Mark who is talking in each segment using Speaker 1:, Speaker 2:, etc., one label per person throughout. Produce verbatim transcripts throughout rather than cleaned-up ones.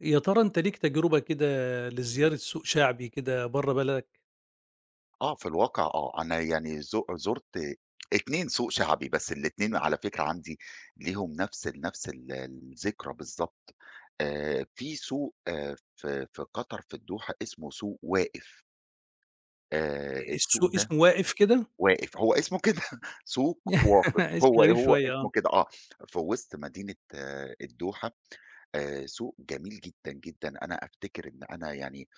Speaker 1: يا ترى أنت ليك تجربة كده لزيارة سوق شعبي كده برّه بلدك؟
Speaker 2: آه، في الواقع آه، أنا يعني ز زُرت اتنين سوق سوق شعبي، بس الاتنين على فكرة عندي ليهم نفس ال نفس ال الذكرى بالضبط. آآ في سوق آآ في في قطر، في الدوحة اسمه سوق واقف. آآ السوق
Speaker 1: السوق
Speaker 2: ده
Speaker 1: اسمه واقف كده؟
Speaker 2: واقف، هو اسمه كده. سوق واقف،
Speaker 1: اسم
Speaker 2: هو
Speaker 1: غريب
Speaker 2: هو
Speaker 1: شوية آه.
Speaker 2: اسمه كده، آه. في وسط مدينة آه الدوحة. آآ سوق جميل جدًا، جدًا. أنا أفتكر إن أنا يعني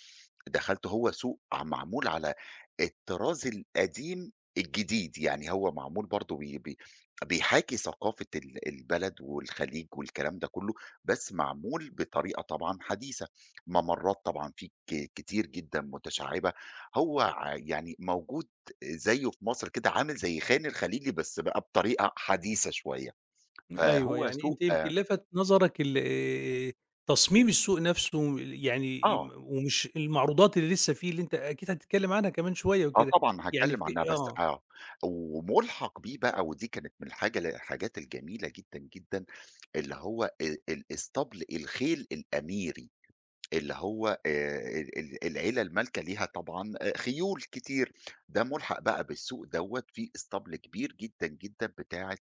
Speaker 2: دخلت، هو سوق ع معمول على الطراز القديم الجديد، يعني هو معمول برضه بي بي بيحاكي ثقافة ال البلد والخليج والكلام ده كلّه، بس معمول بطريقة طبعًا حديثة. ممرات طبعًا فيه ك كتير جدًا متشعّبة. هو ع يعني موجود زيه في مصر كده، عامل زي خان الخليلي بس بقى بطريقة حديثة شوية.
Speaker 1: أيوه،
Speaker 2: فهو
Speaker 1: يعني
Speaker 2: سوق
Speaker 1: أنت يمكن لفت نظرك ال آآ، تصميم السوق نفسه، يعني
Speaker 2: آه
Speaker 1: م ومش المعروضات اللي لسه فيه، اللي أنت أكيد هتتكلم عنها كمان شوية
Speaker 2: آه
Speaker 1: وكده.
Speaker 2: طبعًا
Speaker 1: يعني
Speaker 2: هاتكلّم
Speaker 1: في
Speaker 2: عنها بس
Speaker 1: آه،
Speaker 2: آه، ومُلحق بيه بقى، ودي كانت من الحاجة ال الحاجات الجميلة جدًا، جدًا، اللي هو آآ الإسطبل الخيل الأميري. اللي هو آآ ال ال العيلة المالكة ليها طبعًا آآ خيول كتير. ده مُلحق بقى بالسوق دوّة، في إسطبل كبير جدًا، جدًا، بتاعة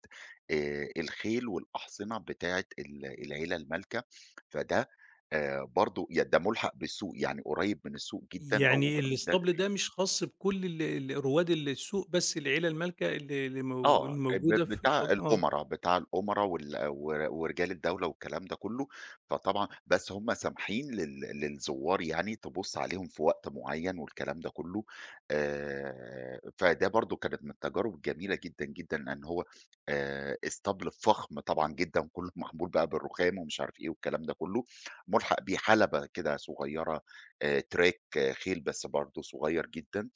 Speaker 2: آآ الخيل والأحصنة بتاعة ال العيلة المالكة. فده آآ برضه ي ده مُلحق بالسوق، يعني قريّب من السوق جدًا،
Speaker 1: يعني
Speaker 2: أو ده
Speaker 1: الإسطبل ده مش خاص بكل ال ال رواد السوق؟ بس العيلة المالكة اللي اللي مو
Speaker 2: آه، ب
Speaker 1: الموجودة في
Speaker 2: بتاع
Speaker 1: آه.
Speaker 2: الأُمَرا، بتاع الأُمَرا وال ور ورجال الدولة والكلام ده كلّه. فطبعًا بس هم سامحين لل للزوّار يعني تبُص عليهم في وقت معيّن والكلام ده كلّه. آآ، فده برضه كانت من التجارب الجميلة جدًا، جدًا، لإن هو آآ، اسطبل فخم طبعًا جدًا، كلّه معمول بقى بالرخام ومش عارف إيه والكلام ده كلّه. مُلحق بيه حلبة كده صغيّرة، آآ، تراك آه، خيل بس برضه صغيّر جدًا.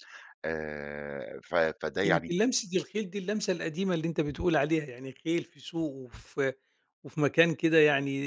Speaker 2: آآ، ف فده يعني
Speaker 1: يمكن لمسة الخيل دي اللمسة القديمة اللي أنت بتقول عليها، يعني خيل في سوق وفي وفي مكان كده، يعني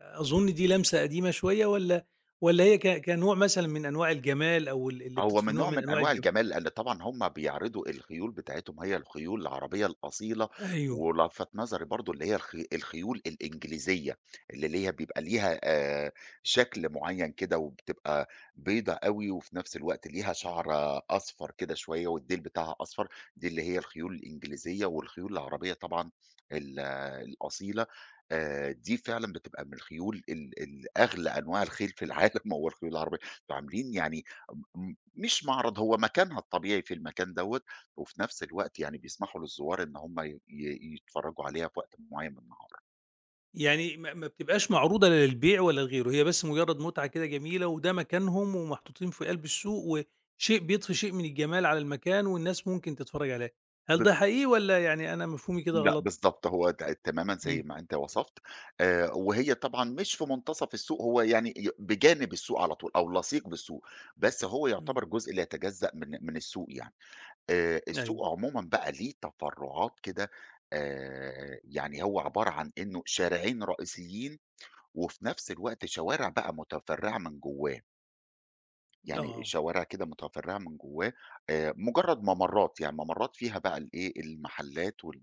Speaker 1: أظن دي لمسة قديمة شوية، والّا والّا هي ك كنوع مثلًا من أنواع الجمال، أو ال اللي
Speaker 2: هو
Speaker 1: بتضفي
Speaker 2: من
Speaker 1: نوع
Speaker 2: نوع
Speaker 1: من
Speaker 2: من
Speaker 1: أنواع
Speaker 2: أنواع
Speaker 1: الجم
Speaker 2: الجمال، لأن طبعًا هم بيعرضوا الخيول بتاعتهم، هي الخيول العربية الأصيلة.
Speaker 1: أيوه.
Speaker 2: ولفَت نظري برضه اللي هي الخي الخيول الإنجليزية، اللي اللي هي بيبقى ليها آآ شكل معيّن كده، وبتبقى بيضا أوي، وفي نفس الوقت ليها شعر أصفر كده شوية، والديل بتاعها أصفر. دي اللي هي الخيول الإنجليزية. والخيول العربية طبعًا ال الأصيلة، آآ دي فعلًا بتبقى من الخيول ال ال أغلى أنواع الخيل في العالم هو الخيول العربية. فعاملين يعني م مش معرض، هو مكانها الطبيعي في المكان دوّة. وفي نفس الوقت يعني بيسمحوا للزوار إن هم ي ي يتفرّجوا عليها في وقت معيّن من النهار.
Speaker 1: يعني ما ما بتبقاش معروضة لا للبيع ولا لغيره، هي بس مجرد متعة كده جميلة، وده مكانهم ومحطوطين في قلب السوق، وشيء بيضفي شيء من الجمال على المكان والناس ممكن تتفرج عليها. هل ده
Speaker 2: بالضبط.
Speaker 1: حقيقي، والّا يعني أنا مفهومي كده
Speaker 2: لأ،
Speaker 1: غلط؟
Speaker 2: بالضبط، هو ت تمامًا زي
Speaker 1: إمم.
Speaker 2: ما أنت وصفت. آآ وهي طبعًا مش في منتصف السوق، هو يعني ي بجانب السوق على طول، أو لصيق بالسوق، بس هو
Speaker 1: إمم.
Speaker 2: يعتبر جزء لا يتجزأ من من السوق يعني. آآ
Speaker 1: أيوه.
Speaker 2: السوق عمومًا بقى ليه تفرُّعات كده. آآ يعني هو عبارة عن إنه شارعين رئيسيين، وفي نفس الوقت شوارع بقى متفرّعة من جوّاه.
Speaker 1: آه.
Speaker 2: يعني
Speaker 1: آه.
Speaker 2: شوارع كده متفرّعة من جوّاه. آآ مجرّد ممرّات، يعني ممرّات فيها بقى الإيه، المحلات وال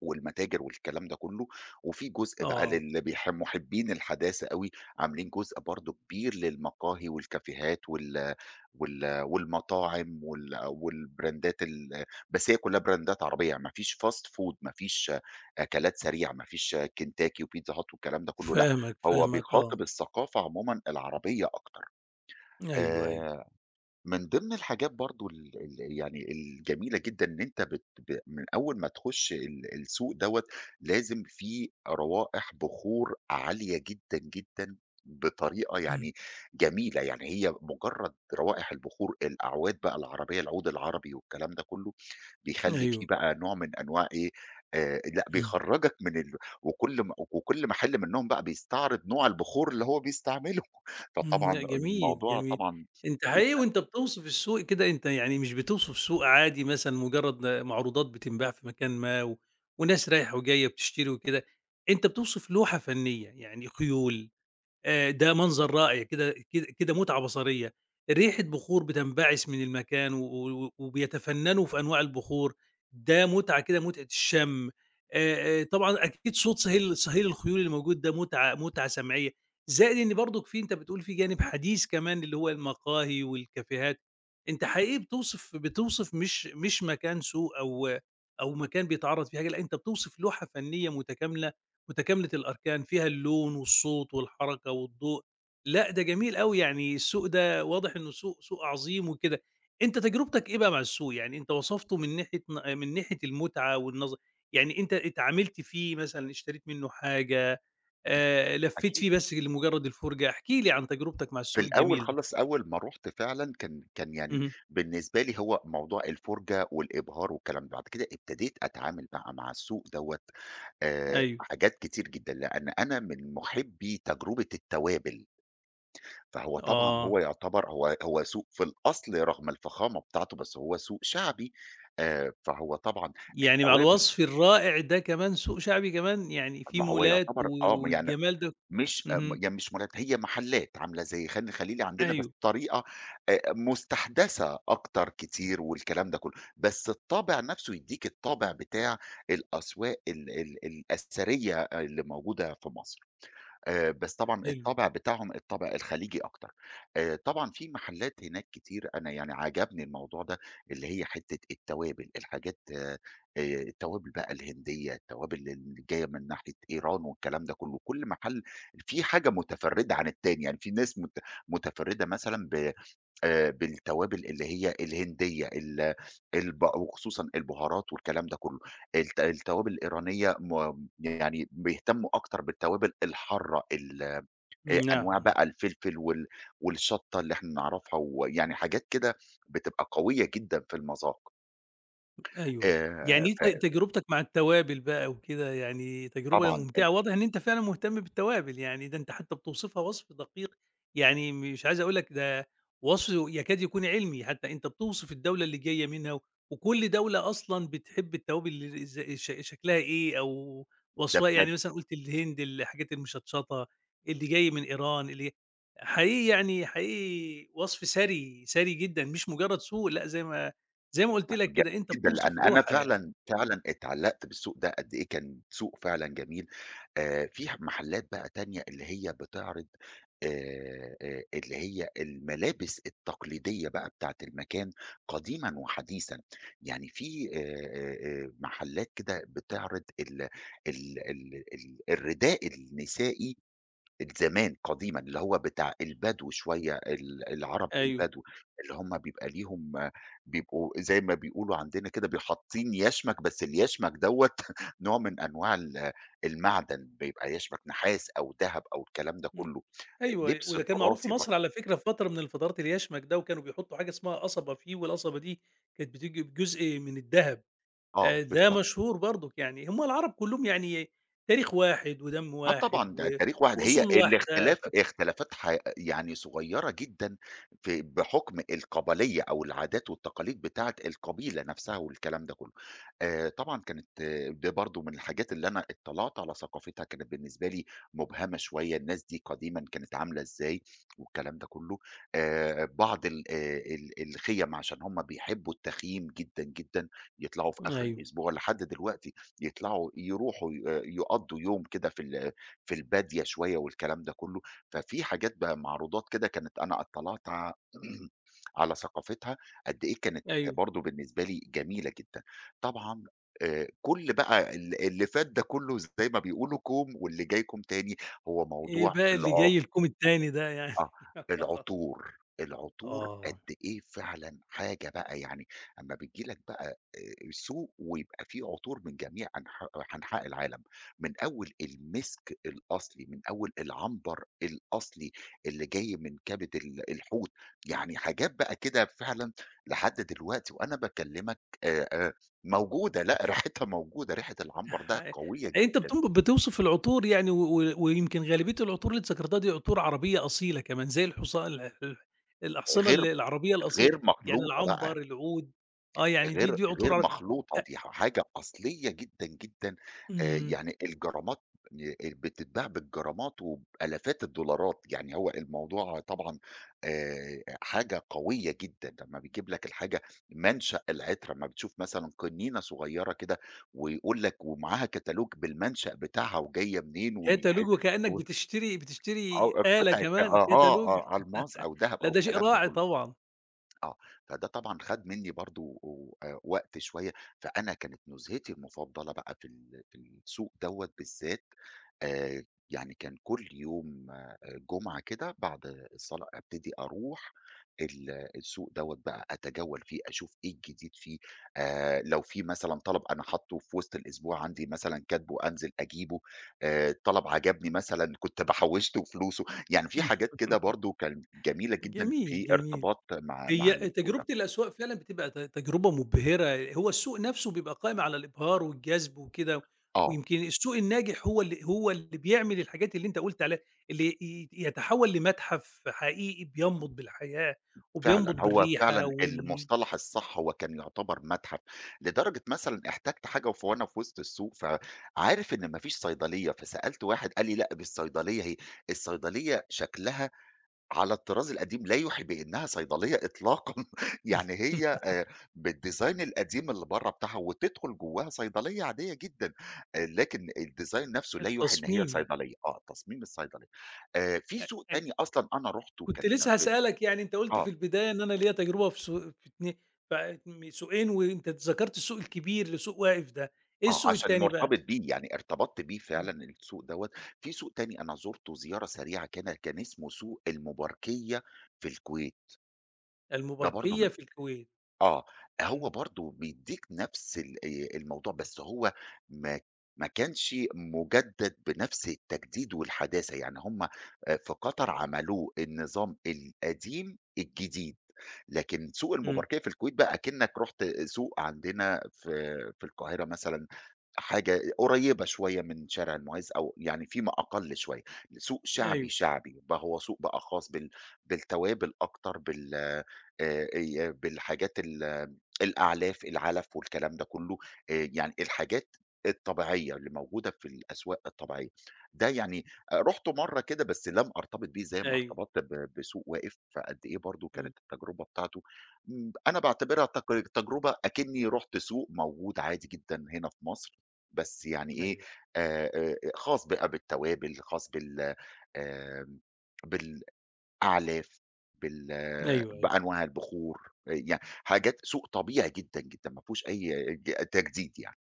Speaker 2: والمتاجر والكلام ده كُلّه. وفي جزء بقى
Speaker 1: آه.
Speaker 2: للي بيح مُحبّين الحداثة أوي. عاملين جزء برضه كبير للمقاهي والكافيهات وال وال والمطاعم وال والبراندات ال بس هي كُلّها براندات عربية، يعني ما فيش fast food، ما فيش أكلات سريعة، ما فيش كنتاكي وبيتزا هات والكلام ده كُلّه، لأ.
Speaker 1: فاهمك،
Speaker 2: هو
Speaker 1: فاهمك، آه.
Speaker 2: بيخاطب الثقافة عمومًا العربية أكتر.
Speaker 1: أيوه، أيوه.
Speaker 2: آآ من ضمن الحاجات برضه ال ال يعني الجميلة جدًا إن أنت بت ب من أول ما تخش ال السوق دوّة لازم في روائح بخور عالية جدًا، جدًا، بطريقة
Speaker 1: إمم.
Speaker 2: يعني جميلة. يعني هي مجرّد روائح البخور، الأعواد بقى العربية، العود العربي والكلام ده كلّه، بيخلّي في
Speaker 1: أيوه.
Speaker 2: بقى نوع من أنواع إيه، آآ لأ
Speaker 1: إمم.
Speaker 2: بيخرّجك من ال وكل م وكل محل منّهم بقى بيستعرض نوع البخور اللي هو بيستعمله،
Speaker 1: إمم.
Speaker 2: فطبعًا
Speaker 1: لأ جميل،
Speaker 2: الموضوع
Speaker 1: جميل.
Speaker 2: طبعًا
Speaker 1: أنت حقيقي وأنت بتوصف السوق كده، أنت يعني مش بتوصف سوق عادي مثلًا مجرد معروضات بتنباع في مكان ما، و وناس رايحة وجاية بتشتري وكده. أنت بتوصف لوحة فنية، يعني خيول، آآ ده منظر رائع كده كده كده، متعة بصرية، ريحة بخور بتنبعث من المكان، و و وبيتفنّنوا في أنواع البخور. ده متعة كده، متعة الشم. آآ آآ طبعًا أكيد صوت صهيل صهيل الخيول اللي موجود، ده متعة متعة سمعية. زائد إن برضك في، أنت بتقول في جانب حديث كمان، اللي هو المقاهي والكافيهات. أنت حقيقي بتوصف بتوصف، مش مش مكان سوق، أو أو مكان بيتعرّض فيه حاجة، لأ أنت بتوصف لوحة فنية متكاملة، متكاملة الأركان، فيها اللون والصوت والحركة والضوء. لأ ده جميل أوي، يعني السوق ده واضح إنه سوق سوق عظيم وكده. أنت تجربتك إيه بقى مع السوق؟ يعني أنت وصفته من ناحية ن من ناحية المتعة والنظر، يعني أنت اتعاملت فيه مثلًا، اشتريت منه حاجة، آآ لفّيت
Speaker 2: أكيد.
Speaker 1: فيه بس لمجرد الفرجة؟ احكِ لي عن تجربتك مع
Speaker 2: في
Speaker 1: السوق
Speaker 2: الأول
Speaker 1: الجميل ده.
Speaker 2: خالص، أول ما رُحت فعلًا، كان كان يعني
Speaker 1: اهم.
Speaker 2: بالنسبة لي هو موضوع الفُرجة والإبهار والكلام ده. بعد كده ابتديت أتعامل بقى مع السوق دوّة آآ
Speaker 1: أيوه.
Speaker 2: حاجات كتير جدًا، لأن أنا من مُحبّي تجربة التوابل. فهو طبعًا
Speaker 1: آه.
Speaker 2: هو يعتبر هو هو سوق في الأصل رغم الفخامة بتاعته، بس هو سوق شعبي. آآ فهو طبعًا
Speaker 1: يعني مع
Speaker 2: التوابل،
Speaker 1: الوصف الرائع ده كمان سوق شعبي كمان، يعني فيه
Speaker 2: ما هو
Speaker 1: مولات
Speaker 2: يعتبر
Speaker 1: و
Speaker 2: آه، ما يعني
Speaker 1: والجمال ده.
Speaker 2: مش آآ م
Speaker 1: اهم.
Speaker 2: يعني مش مولات، هي محلات عاملة زي خان الخليلي عندنا بس
Speaker 1: أيوه.
Speaker 2: بطريقة آآ مستحدثة أكتر كتير والكلام ده كله، بس الطابع نفسه يدّيك الطابع بتاع الأسواق ال ال الأثرية اللي موجودة في مصر. آآ، بس طبعًا
Speaker 1: حلو.
Speaker 2: الطَبع بتاعهم الطَبع الخليجي أكتر. آآ، طبعًا في محلات هناك كتير، أنا يعني عجبني الموضوع ده، اللي هي حتّة التوابل، الحاجات آآ، التوابل بقى الهندية، التوابل اللي جاية من ناحية إيران والكلام ده كلّه. كل محل فيه حاجة متفرّدة عن التاني، يعني في ناس مت متفرّدة مثلًا ب آآ بالتوابل اللي هي الهندية ال الب وخصوصًا البهارات والكلام ده كله. الت التوابل الإيرانية م يعني بيهتموا أكتر بالتوابل الحارة ال آآ
Speaker 1: نعم،
Speaker 2: أنواع
Speaker 1: نعم.
Speaker 2: بقى الفلفل وال والشطة اللي إحنا نعرفها، ويعني حاجات كده بتبقى قوية جدًا في المذاق.
Speaker 1: أيوه. يعني
Speaker 2: آآ
Speaker 1: أنت تجربتك مع التوابل بقى وكده يعني تجربة
Speaker 2: فطبعًا ال
Speaker 1: ممتعة، واضح إن أنت فعلًا مهتم بالتوابل، يعني ده أنت حتى بتوصفها وصف دقيق، يعني مش عايز أقول لك ده وصف يكاد يكون علمي، حتى أنت بتوصف الدولة اللي جاية منها، و- وكل دولة أصلًا بتحب التوابل ال إز ش شكلها إيه، أو
Speaker 2: ده
Speaker 1: وصفها إيه. يعني مثلًا قُلت الهند الحاجات المشطشطة، اللي جاي من إيران، اللي حقيقي يعني حقيقي وصف ثري، ثري جدًا، مش مجرد سوق لأ. زي ما زي ما قُلت
Speaker 2: لأ،
Speaker 1: لك
Speaker 2: جميل
Speaker 1: كده، أنت
Speaker 2: جدًا، لأن
Speaker 1: بتوصف
Speaker 2: أنا
Speaker 1: لوحة يعني.
Speaker 2: فعلًا، فعلًا اتعلّقت بالسوق ده قد إيه كان سوق فعلًا جميل. آآ في ح محلات بقى تانية اللي هي بتعرض آآ آآ اللي هي الملابس التقليدية بقى بتاعة المكان قديمًا وحديثًا. يعني في آآ آآ آآ محلات كده بتعرض ال ال ال ال الرداء النسائي زمان قديمًا، اللي هو بتاع البدو شوية، ال العرب
Speaker 1: أيوه.
Speaker 2: البدو. اللي هم بيبقى ليهم آه، بيبقوا زي ما بيقولوا عندنا كده بي حاطين يشمك، بس اليشمك دوّة نوع من أنواع ال المعدن، بيبقى يشمك نحاس أو دهب أو الكلام ده
Speaker 1: إمم.
Speaker 2: كله،
Speaker 1: أيوه، أيوه.
Speaker 2: لبس
Speaker 1: وده كان معروف في
Speaker 2: تراثي برضه.
Speaker 1: مصر على فكرة، في فترة من الفترات، اليشمَك ده، وكانوا بيحطّوا حاجة اسمها قصبة فيه، والقصبة دي كانت بتيجي بجزء من الدهب.
Speaker 2: آه
Speaker 1: آآ ده
Speaker 2: بالضبط.
Speaker 1: مشهور برضُك يعني. هم العرب كُلّهم، يعني تاريخ واحد، ودم
Speaker 2: آه
Speaker 1: واحد،
Speaker 2: طبعًا،
Speaker 1: و
Speaker 2: ده تاريخ واحد، هي
Speaker 1: وأصول واحدة.
Speaker 2: الاختلاف اختلافات ح يعني صغيّرة جدًا، في بحُكم القبلية أو العادات والتقاليد بتاعة القبيلة نفسها والكلام ده كُلّه. آآ طبعًا كانت آه، ده برضه من الحاجات اللي أنا اطّلعت على ثقافتها، كانت بالنسبة لي مُبهمة شوية، الناس دي قديمًا كانت عاملة إزاي والكلام ده كُلّه. آآ بعض ال آآ ال الخِيَم عشان هم بيحبّوا التخييم جدًا، جدًا، يطلعوا في آخر
Speaker 1: أيوه،
Speaker 2: الأسبوع لحد دلوقتي، يطلعوا يروحوا ي آه، يقضّوا يوم كده في ال في البادية شوية والكلام ده كله. ففي حاجات بقى معروضات كده، كانت أنا اطلعت ع على ثقافتها قد إيه كانت
Speaker 1: أيوه.
Speaker 2: برضه بالنسبة لي جميلة جدًا. طبعًا آآ كل بقى ال اللي فات ده كله زي ما بيقولوا كوم، واللي جاي كوم تاني، هو
Speaker 1: إيه
Speaker 2: موضوع
Speaker 1: بقى اللي
Speaker 2: العُرف.
Speaker 1: جاي لكم التاني ده يعني؟
Speaker 2: آه، العطور، العطور قد
Speaker 1: آه.
Speaker 2: إيه فعلًا حاجة بقى يعني، أمّا بتيجي لك بقى آآ سوق ويبقى فيه عطور من جميع أنحا أنحاء العالم، من أول المِسك الأصلي، من أول العنبر الأصلي اللي جاي من كبد ال الحوت، يعني حاجات بقى كده فعلًا لحد دلوقتي وأنا باكلمك آآ آآ موجودة، لأ ريحتها موجودة، ريحة العنبر ده
Speaker 1: ح
Speaker 2: قوية
Speaker 1: أنت
Speaker 2: جدًا
Speaker 1: بتن بتوصف العطور يعني، و و ويمكن غالبية العطور اللي أنت ذكرتها دي عطور عربية أصيلة كمان، زي الحصا ال ال الأحصنة
Speaker 2: غير
Speaker 1: ال العربية الأصيلة،
Speaker 2: غير
Speaker 1: يعني
Speaker 2: مخلوطة بقى.
Speaker 1: العنبر، العود. آه يعني دي
Speaker 2: غير
Speaker 1: دي عطور
Speaker 2: غير
Speaker 1: عر أ
Speaker 2: مخلوطة، دي حاجة أصلية جدًا، جدًا. آآ
Speaker 1: إمم،
Speaker 2: يعني الجرامات، ي بتتباع بالجرامات وبآلافات الدولارات، يعني هو الموضوع طبعًا آآ حاجة قوية جدًا، لمّا بيجيب لك الحاجة منشأ العطر، أمّا بتشوف مثلًا قنينة صغيرة كده ويقول لك ومعاها كتالوج بالمنشأ بتاعها وجاية منين والح
Speaker 1: كتالوج، وكأنك
Speaker 2: و
Speaker 1: بتشتري
Speaker 2: أو
Speaker 1: بتشتري آلة،
Speaker 2: قطعة
Speaker 1: كمان
Speaker 2: آه، آه،
Speaker 1: كتالوج.
Speaker 2: آه، ألماس أو دهب
Speaker 1: لا
Speaker 2: أو
Speaker 1: ده شيء
Speaker 2: الكلام ده
Speaker 1: راعي
Speaker 2: كله.
Speaker 1: طبعًا.
Speaker 2: آه، فده طبعًا خَد منّي برضه، و آآ وقت شوية. فأنا كانت نزهتي المفضلة بقى في ال في السوق دوّة بالذات. آآ يعني كان كل يوم آآ جمعة كده بعد الصلاة أبتدي أروح ال السوق دوّة بقى أتجول فيه، أشوف إيه الجديد فيه. آآ لو في مثلًا طَلَب أنا حاطّه في وسط الأسبوع عندي مثلًا كاتبه، أنزل أجيبه. آآ طَلَب عجبني مثلًا كنت بحوّشت وفلوسه، يعني في حاجات كده برضه كانت جميلة جدًا
Speaker 1: جميل،
Speaker 2: في
Speaker 1: جميل.
Speaker 2: ارتباط مع مع
Speaker 1: هي
Speaker 2: السوق ده.
Speaker 1: تجربة الأسواق فعلًا بتبقى ت تجربة مُبهرة، هو السوق نفسه بيبقى قائم على الإبهار والجذب وكده،
Speaker 2: آه،
Speaker 1: ويمكن السوق الناجح هو اللي هو اللي بيعمل الحاجات اللي أنت قُلت عليها، اللي ي يتحول لمتحف حقيقي بينبُض بالحياة،
Speaker 2: فعلًا،
Speaker 1: وبينبُض
Speaker 2: هو
Speaker 1: بالريحة
Speaker 2: فعلًا
Speaker 1: وال
Speaker 2: المصطلح الصح هو كان يعتبر متحف، لدرجة مثلًا احتجت حاجة، وف وأنا في وسط السوق، فعارف إن ما فيش صيدلية، فسألت واحد قال لي: "لأ، دي الصيدلية أهي." الصيدلية شكلها على الطراز القديم لا يُوحي بأنها صيدلية إطلاقًا، يعني هي آآ بالdesign القديم اللي برّه بتاعها، وتدخل جواها صيدلية عادية جدًا. آآ لكن الdesign نفسه لا يُوحي إن هي
Speaker 1: التصميم يعني.
Speaker 2: صيدلية، آه تصميم الصيدلية. آآ في
Speaker 1: أ
Speaker 2: سوق
Speaker 1: أيوه،
Speaker 2: تاني أصلًا أنا رُحته
Speaker 1: كنت
Speaker 2: كان
Speaker 1: لسه
Speaker 2: في ال
Speaker 1: هاسألك، يعني أنت قُلت
Speaker 2: آه،
Speaker 1: في البداية إن أنا ليّا تجربة في سو في اتني ف م سوقين، وأنت ذكرت السوق الكبير، اللي سوق واقف ده، إيه
Speaker 2: آه
Speaker 1: السوق
Speaker 2: عشان
Speaker 1: التاني بقى؟
Speaker 2: مرتبط بيه، يعني ارتبطت بيه فعلًا
Speaker 1: إمم.
Speaker 2: السوق دوّة. في سوق تاني أنا زُرته زيارة سريعة، كان كان اسمه سوق المباركية في الكويت. ده برضه
Speaker 1: المباركية
Speaker 2: من
Speaker 1: في الكويت.
Speaker 2: آه، هو
Speaker 1: إمم.
Speaker 2: برضه بيدّيك نفس ال آآ الموضوع، بس هو ما ما كانش مُجدد بنفس التجديد والحداثة، يعني هم آآ في قطر عملوه النظام القديم الجديد، لكن سوق
Speaker 1: إمم.
Speaker 2: المباركية في الكويت بقى أكنّك رُحت سوق عندنا في في القاهرة مثلًا، حاجة قريّبة شوية من شارع المُعز، أو يعني فيما أقل شوية. سوق شعبي،
Speaker 1: أيوه،
Speaker 2: شعبي، بقى هو سوق بقى خاص بال بالتوابل أكتر، بال آآ ي بالحاجات ال الأعلاف، العَلَف والكلام ده كُلّه. آآ يعني الحاجات الطبيعية اللي موجودة في الأسواق الطبيعية. ده يعني آآ رُحت مرّة كده بس لم أرتبط بيه زي ما
Speaker 1: أيوه.
Speaker 2: ارتبطت ب بسوق واقف. فقد إيه برضه
Speaker 1: إمم.
Speaker 2: كانت التجربة بتاعته امم أنا باعتبرها تق تجربة أكنّي رُحت سوق موجود عادي جدًا هنا في مصر، بس يعني إيه،
Speaker 1: أيوه،
Speaker 2: آآ آآ خاص بقى بالتوابل، خاص بال آمم بال أعلاف، بال
Speaker 1: أيوه، أيوه.
Speaker 2: بأنواع البخور. آآ يعني حاجات سوق طبيعي جدًا، جدًا، ما فيهوش أي ج تجديد يعني.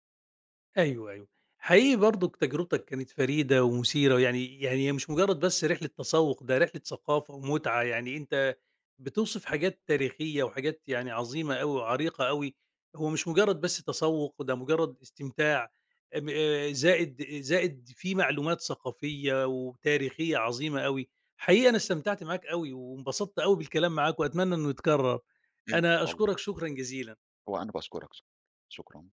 Speaker 1: أيوه، أيوه. حقيقي برضُك تجربتك كانت فريدة ومثيرة، يعني يعني هي مش مجرّد بس رحلة تسوّق، ده رحلة ثقافة ومتعة، يعني أنت بتوصف حاجات تاريخية، وحاجات يعني عظيمة أوي، وعريقة أوي. هو مش مجرّد بس تسوّق، ده مجرّد استمتاع، م آآ زائد زائد في معلومات ثقافية وتاريخية عظيمة أوي. حقيقي أنا استمتعت معاك أوي، وانبسطت أوي بالكلام معاك، وأتمنى إنه يتكرّر.
Speaker 2: إن
Speaker 1: أنا
Speaker 2: شاء الله.
Speaker 1: أشكرك شكرًا جزيلًا.
Speaker 2: وأنا باشكرك. شكرًا.